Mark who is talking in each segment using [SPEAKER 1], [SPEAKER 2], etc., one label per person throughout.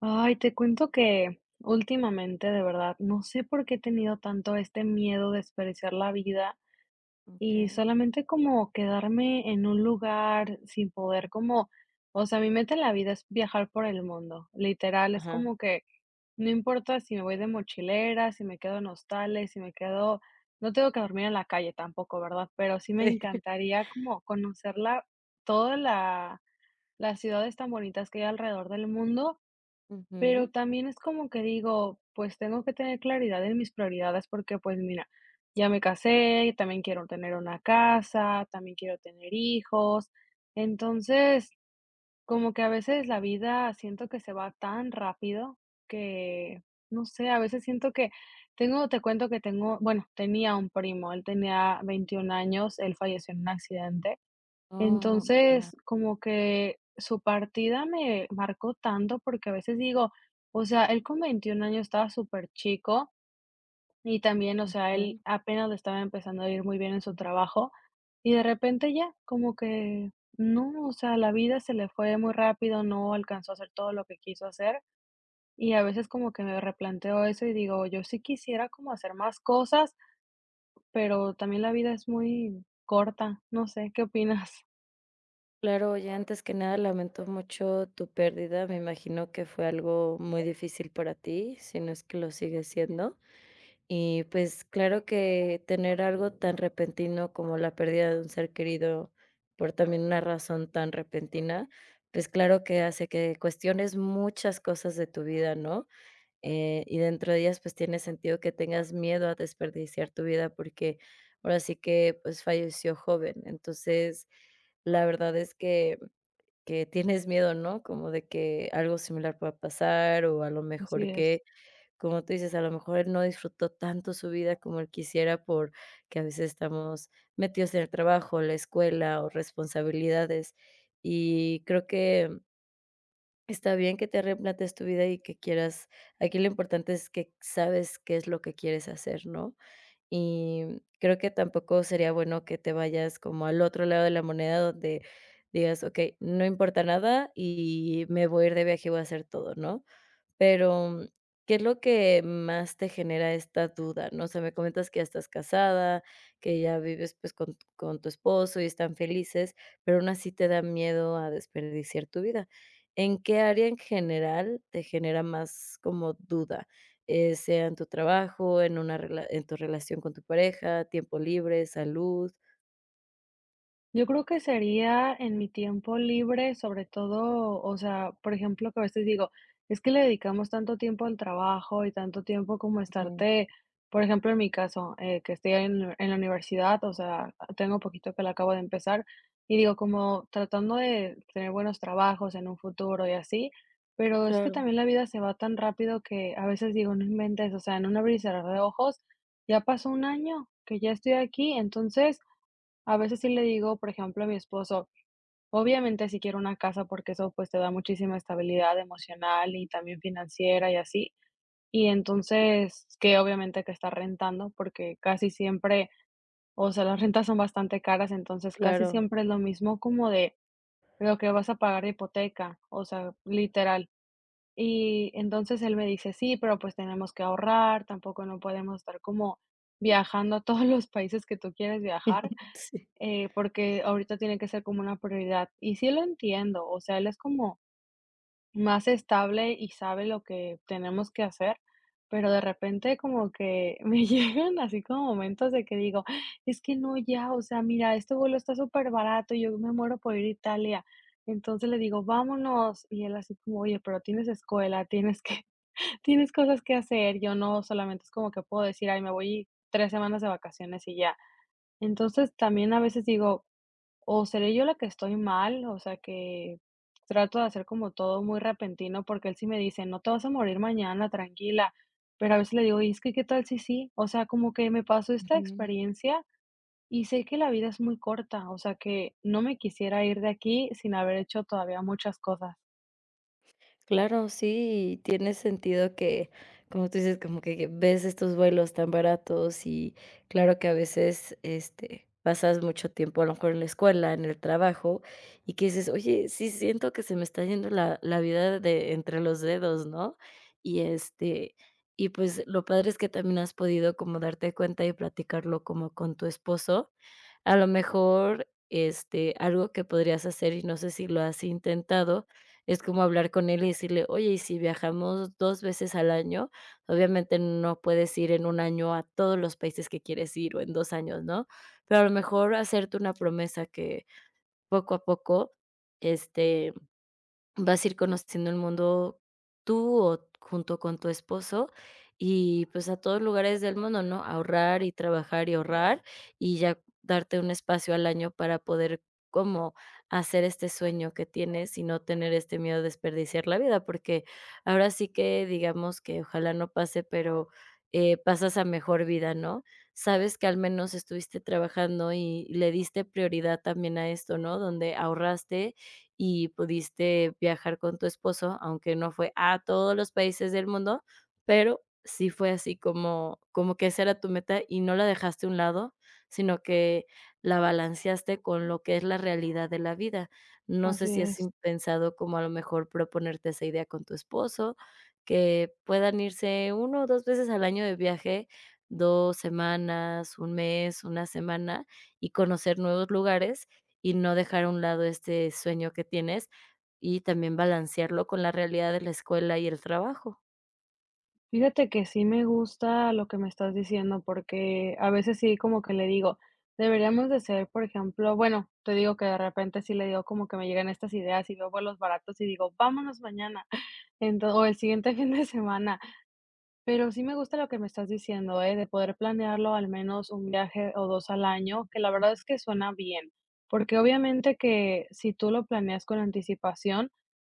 [SPEAKER 1] Ay, te cuento que últimamente, de verdad, no sé por qué he tenido tanto este miedo de desperdiciar la vida y
[SPEAKER 2] Okay.
[SPEAKER 1] solamente como quedarme en un lugar sin poder como, o sea, mi meta en la vida es viajar por el mundo, literal, es
[SPEAKER 2] Ajá.
[SPEAKER 1] como que no importa si me voy de mochilera, si me quedo en hostales, si me quedo, no tengo que dormir en la calle tampoco, ¿verdad? Pero sí me
[SPEAKER 2] Sí.
[SPEAKER 1] encantaría como conocerla toda la, las ciudades tan bonitas que hay alrededor del mundo, pero
[SPEAKER 2] Ujú.
[SPEAKER 1] también es como que digo, pues tengo que tener claridad en mis prioridades porque, pues mira, ya me casé, también quiero tener una casa, también quiero tener hijos. Entonces, como que a veces la vida siento que se va tan rápido que, no sé, a veces siento que tengo, te cuento que tengo, bueno, tenía un primo, él tenía 21 años, él falleció en un accidente.
[SPEAKER 2] Oh, ya.
[SPEAKER 1] Entonces, como que su partida me marcó tanto, porque a veces digo, o sea, él con 21 años estaba súper chico y también, o sea, él
[SPEAKER 2] Mm.
[SPEAKER 1] apenas le estaba empezando a ir muy bien en su trabajo y de repente ya, como que no, o sea, la vida se le fue muy rápido, no alcanzó a hacer todo lo que quiso hacer y a veces como que me replanteo eso y digo, yo sí quisiera como hacer más cosas, pero también la vida es muy corta, no sé, ¿qué opinas?
[SPEAKER 2] Claro, oye, antes que nada, lamento mucho tu pérdida. Me imagino que fue algo muy difícil para ti, si no es que lo sigue siendo. Y, pues, claro que tener algo tan repentino como la pérdida de un ser querido por también una razón tan repentina, pues, claro que hace que cuestiones muchas cosas de tu vida, ¿no? Y dentro de ellas, pues, tiene sentido que tengas miedo a desperdiciar tu vida porque ahora sí que, pues, falleció joven. Entonces, la verdad es que tienes miedo, ¿no? Como de que algo similar pueda pasar o a lo
[SPEAKER 1] Así
[SPEAKER 2] mejor
[SPEAKER 1] es.
[SPEAKER 2] que, como tú dices, a lo mejor él no disfrutó tanto su vida como él quisiera por que a veces estamos metidos en el trabajo, la escuela o responsabilidades. Y creo que está bien que te replantes tu vida y que quieras, aquí lo importante es que sabes qué es lo que quieres hacer, ¿no? Y creo que tampoco sería bueno que te vayas como al otro lado de la moneda donde digas: "Okey, no importa nada y me voy a ir de viaje y voy a hacer todo", ¿no? Pero, ¿qué es lo que más te genera esta duda?, ¿no? O sea, me comentas que ya estás casada, que ya vives, pues, con tu esposo y están felices, pero aún así te da miedo a desperdiciar tu vida. ¿En qué área en general te genera más como duda? Sea en tu trabajo, en tu relación con tu pareja, tiempo libre, salud.
[SPEAKER 1] Yo creo que sería en mi tiempo libre, sobre todo, o sea, por ejemplo, que a veces digo, es que le dedicamos tanto tiempo al trabajo y tanto tiempo como
[SPEAKER 2] Ujú,
[SPEAKER 1] estarte, por ejemplo, en mi caso, que estoy en la universidad, o sea, tengo poquito que la acabo de empezar y digo, como tratando de tener buenos trabajos en un futuro y así, pero es que
[SPEAKER 2] claro,
[SPEAKER 1] también la vida se va tan rápido que a veces digo, no inventes, o sea, en un abrir y cerrar de ojos, ya pasó un año que ya estoy aquí, entonces... A veces sí le digo, por ejemplo, a mi esposo, obviamente sí quiero una casa porque eso pues te da muchísima estabilidad emocional y también financiera y así. Y entonces, que obviamente que está rentando porque casi siempre, o sea, las rentas son bastante caras, entonces casi
[SPEAKER 2] claro.
[SPEAKER 1] siempre es lo mismo como de lo que vas a pagar de hipoteca, o sea, literal. Y entonces él me dice: "Sí, pero pues tenemos que ahorrar, tampoco no podemos estar como viajando a todos los países que tú quieres viajar,
[SPEAKER 2] Sí.
[SPEAKER 1] porque ahorita tiene que ser como una prioridad". Y sí lo entiendo, o sea, él es como más estable y sabe lo que tenemos que hacer, pero de repente como que me llegan así como momentos de que digo, es que no, ya, o sea, mira, este vuelo está súper barato y yo me muero por ir a Italia. Entonces le digo, vámonos. Y él así como, oye, pero tienes escuela, tienes que, tienes cosas que hacer. Yo no solamente es como que puedo decir, ay, me voy 3 semanas de vacaciones y ya. Entonces también a veces digo, o seré yo la que estoy mal, o sea, que trato de hacer como todo muy repentino, porque él sí me dice: "No te vas a morir mañana, tranquila". Pero a veces le digo: "Y es que, ¿qué tal si sí?". O sea, como que me pasó esta experiencia y sé que la vida es muy corta, o sea, que no me quisiera ir de aquí sin haber hecho todavía muchas cosas.
[SPEAKER 2] Claro, sí, y tiene sentido que, como tú dices, como que ves estos vuelos tan baratos y claro que a veces, este, pasas mucho tiempo a lo mejor en la escuela, en el trabajo, y que dices, oye, sí siento que se me está yendo la vida de entre los dedos, ¿no? Y este, y pues lo padre es que también has podido como darte cuenta y platicarlo como con tu esposo. A lo mejor, este, algo que podrías hacer, y no sé si lo has intentado, es como hablar con él y decirle: "Oye, y si viajamos 2 veces al año", obviamente no puedes ir en un año a todos los países que quieres ir o en 2 años, ¿no? Pero a lo mejor hacerte una promesa que poco a poco, este, vas a ir conociendo el mundo tú o junto con tu esposo y pues a todos lugares del mundo, ¿no? Ahorrar y trabajar y ahorrar y ya darte un espacio al año para poder como hacer este sueño que tienes y no tener este miedo de desperdiciar la vida, porque ahora sí que digamos que ojalá no pase, pero pasas a mejor vida, ¿no? Sabes que al menos estuviste trabajando y le diste prioridad también a esto, ¿no? Donde ahorraste y pudiste viajar con tu esposo, aunque no fue a todos los países del mundo, pero sí fue así como que esa era tu meta y no la dejaste a un lado, sino que la balanceaste con lo que es la realidad de la vida. No
[SPEAKER 1] Así
[SPEAKER 2] sé si has
[SPEAKER 1] es.
[SPEAKER 2] in pensado como a lo mejor proponerte esa idea con tu esposo, que puedan irse uno o 2 veces al año de viaje, 2 semanas, un mes, una semana, y conocer nuevos lugares, y no dejar a un lado este sueño que tienes, y también balancearlo con la realidad de la escuela y el trabajo.
[SPEAKER 1] Fíjate que sí me gusta lo que me estás diciendo, porque a veces sí como que le digo, deberíamos de ser, por ejemplo, bueno, te digo que de repente sí le digo como que me llegan estas ideas y veo vuelos baratos y digo, vámonos mañana, entonces o el siguiente fin de semana. Pero sí me gusta lo que me estás diciendo, ¿eh? De poder planearlo al menos un viaje o dos al año, que la verdad es que suena bien, porque obviamente que si tú lo planeas con anticipación,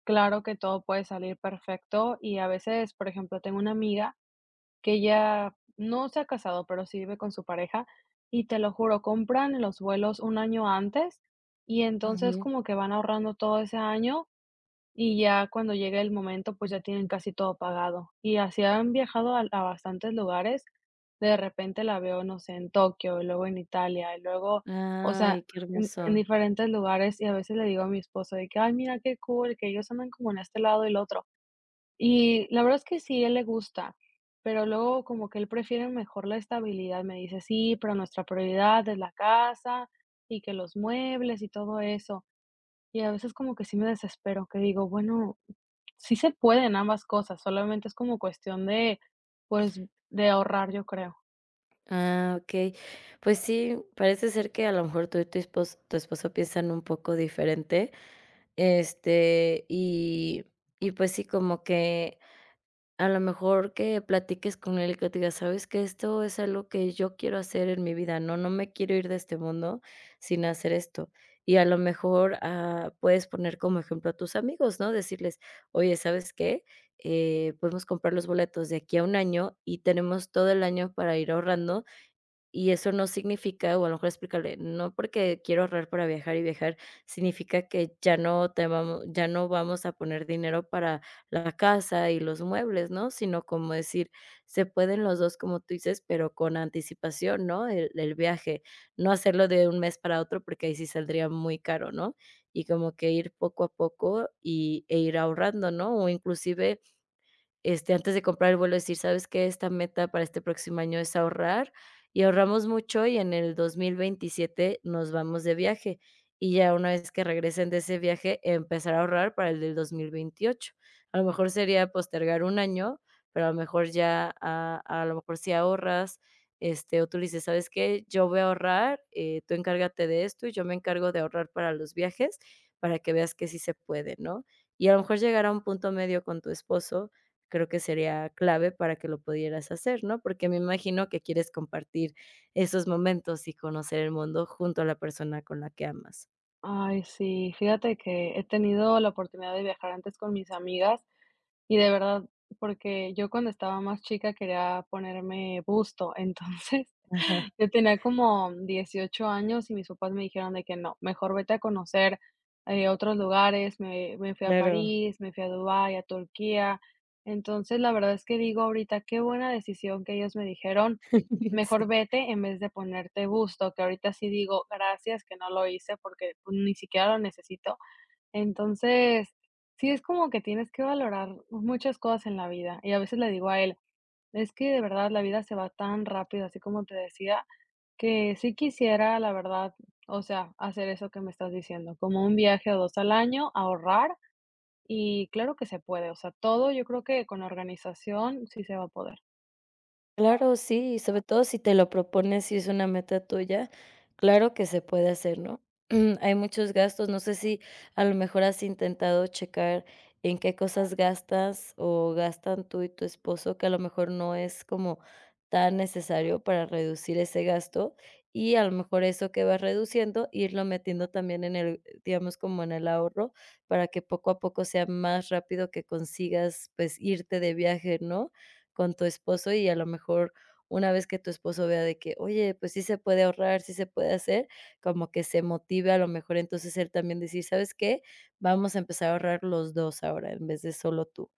[SPEAKER 1] claro que todo puede salir perfecto y a veces, por ejemplo, tengo una amiga que ya no se ha casado, pero sí vive con su pareja, y te lo juro, compran los vuelos un año antes, y entonces
[SPEAKER 2] Ujú.
[SPEAKER 1] como que van ahorrando todo ese año, y ya cuando llegue el momento, pues ya tienen casi todo pagado. Y así han viajado a bastantes lugares. De repente la veo, no sé, en Tokio, y luego en Italia, y luego, o sea,
[SPEAKER 2] Ay, qué
[SPEAKER 1] en
[SPEAKER 2] hermoso.
[SPEAKER 1] diferentes lugares, y a veces le digo a mi esposo de que: "Ay, mira qué cool, que ellos andan como en este lado y el otro". Y la verdad es que sí, él le gusta, pero luego como que él prefiere mejor la estabilidad. Me dice, sí, pero nuestra prioridad es la casa y que los muebles y todo eso. Y a veces como que sí me desespero, que digo, bueno, sí se pueden ambas cosas, solamente es como cuestión de, pues, de ahorrar, yo creo.
[SPEAKER 2] Ah, okey. Pues sí, parece ser que a lo mejor tú y tu esposo piensan un poco diferente, este, y pues sí, como que a lo mejor que platiques con él y que te diga: "¿Sabes que esto es algo que yo quiero hacer en mi vida, no me quiero ir de este mundo sin hacer esto". Y a lo mejor, ah, puedes poner como ejemplo a tus amigos, ¿no? Decirles: "Oye, ¿sabes qué? Podemos comprar los boletos de aquí a un año y tenemos todo el año para ir ahorrando y eso no significa, o a lo mejor explicarle, no porque quiero ahorrar para viajar y viajar, significa que ya no vamos a poner dinero para la casa y los muebles, ¿no? Sino como decir, se pueden los 2 como tú dices, pero con anticipación, ¿no? El viaje, no hacerlo de un mes para otro, porque ahí sí saldría muy caro, ¿no? Y como que ir poco a poco y ir ahorrando, ¿no? O inclusive este, antes de comprar el vuelo, decir: "¿Sabes qué? Esta meta para este próximo año es ahorrar", y ahorramos mucho, y en el 2027 nos vamos de viaje, y ya una vez que regresen de ese viaje, empezar a ahorrar para el del 2028. A lo mejor sería postergar un año, pero a lo mejor ya a lo mejor si ahorras, este, o tú le dices: "¿Sabes qué? Yo voy a ahorrar, tú encárgate de esto, y yo me encargo de ahorrar para los viajes", para que veas que sí se puede, ¿no? Y a lo mejor llegar a un punto medio con tu esposo, creo que sería clave para que lo pudieras hacer, ¿no? Porque me imagino que quieres compartir esos momentos y conocer el mundo junto a la persona con la que amas.
[SPEAKER 1] Ay, sí, fíjate que he tenido la oportunidad de viajar antes con mis amigas. Y de verdad, porque yo cuando estaba más chica quería ponerme busto, entonces
[SPEAKER 2] Ajá,
[SPEAKER 1] yo tenía como 18 años y mis papás me dijeron de que no, mejor vete a conocer, otros lugares, me fui a
[SPEAKER 2] claro.
[SPEAKER 1] París, me fui a Dubái, a Turquía. Entonces, la verdad es que digo ahorita, qué buena decisión que ellos me dijeron: "Mejor
[SPEAKER 2] Sí.
[SPEAKER 1] vete en vez de ponerte busto", que ahorita sí digo: "Gracias que no lo hice", porque, pues, ni siquiera lo necesito. Entonces, sí es como que tienes que valorar muchas cosas en la vida. Y a veces le digo a él, es que de verdad la vida se va tan rápido, así como te decía, que sí quisiera, la verdad, o sea, hacer eso que me estás diciendo, como un viaje o dos al año, ahorrar y claro que se puede, o sea, todo yo creo que con organización sí se va a poder.
[SPEAKER 2] Claro, sí, y sobre todo si te lo propones, si es una meta tuya, claro que se puede hacer, ¿no? Hay muchos gastos, no sé si a lo mejor has intentado checar en qué cosas gastas o gastan tú y tu esposo, que a lo mejor no es como tan necesario para reducir ese gasto y a lo mejor eso que vas reduciendo, irlo metiendo también en el, digamos, como en el ahorro para que poco a poco sea más rápido que consigas pues irte de viaje, ¿no? Con tu esposo y a lo mejor una vez que tu esposo vea de que, oye, pues sí se puede ahorrar, sí se puede hacer, como que se motive a lo mejor entonces él también decir, ¿sabes qué? Vamos a empezar a ahorrar los 2 ahora en vez de solo tú.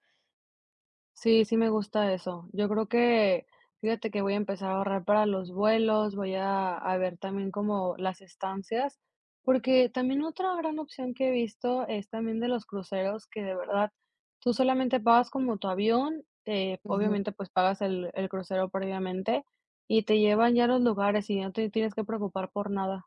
[SPEAKER 1] Sí, sí me gusta eso. Yo creo que, fíjate que voy a empezar a ahorrar para los vuelos, voy a ver también como las estancias, porque también otra gran opción que he visto es también de los cruceros, que de verdad tú solamente pagas como tu avión, obviamente pues pagas el crucero previamente y te llevan ya a los lugares y no te tienes que preocupar por nada.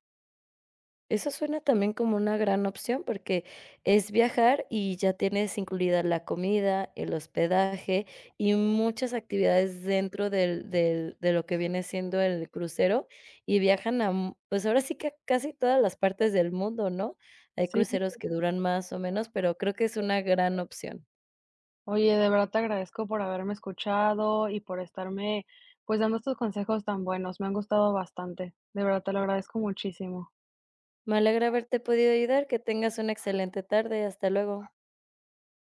[SPEAKER 2] Eso suena también como una gran opción, porque es viajar y ya tienes incluida la comida, el hospedaje y muchas actividades dentro del del de lo que viene siendo el crucero, y viajan a m pues, ahora sí que a casi todas las partes del mundo, ¿no? Hay
[SPEAKER 1] Sí.
[SPEAKER 2] cruceros que duran más o menos, pero creo que es una gran opción.
[SPEAKER 1] Oye, de verdad te agradezco por haberme escuchado y por estarme, pues, dando estos consejos tan buenos. Me han gustado bastante. De verdad te lo agradezco muchísimo.
[SPEAKER 2] Me alegra haberte podido ayudar, que tengas una excelente tarde, hasta luego.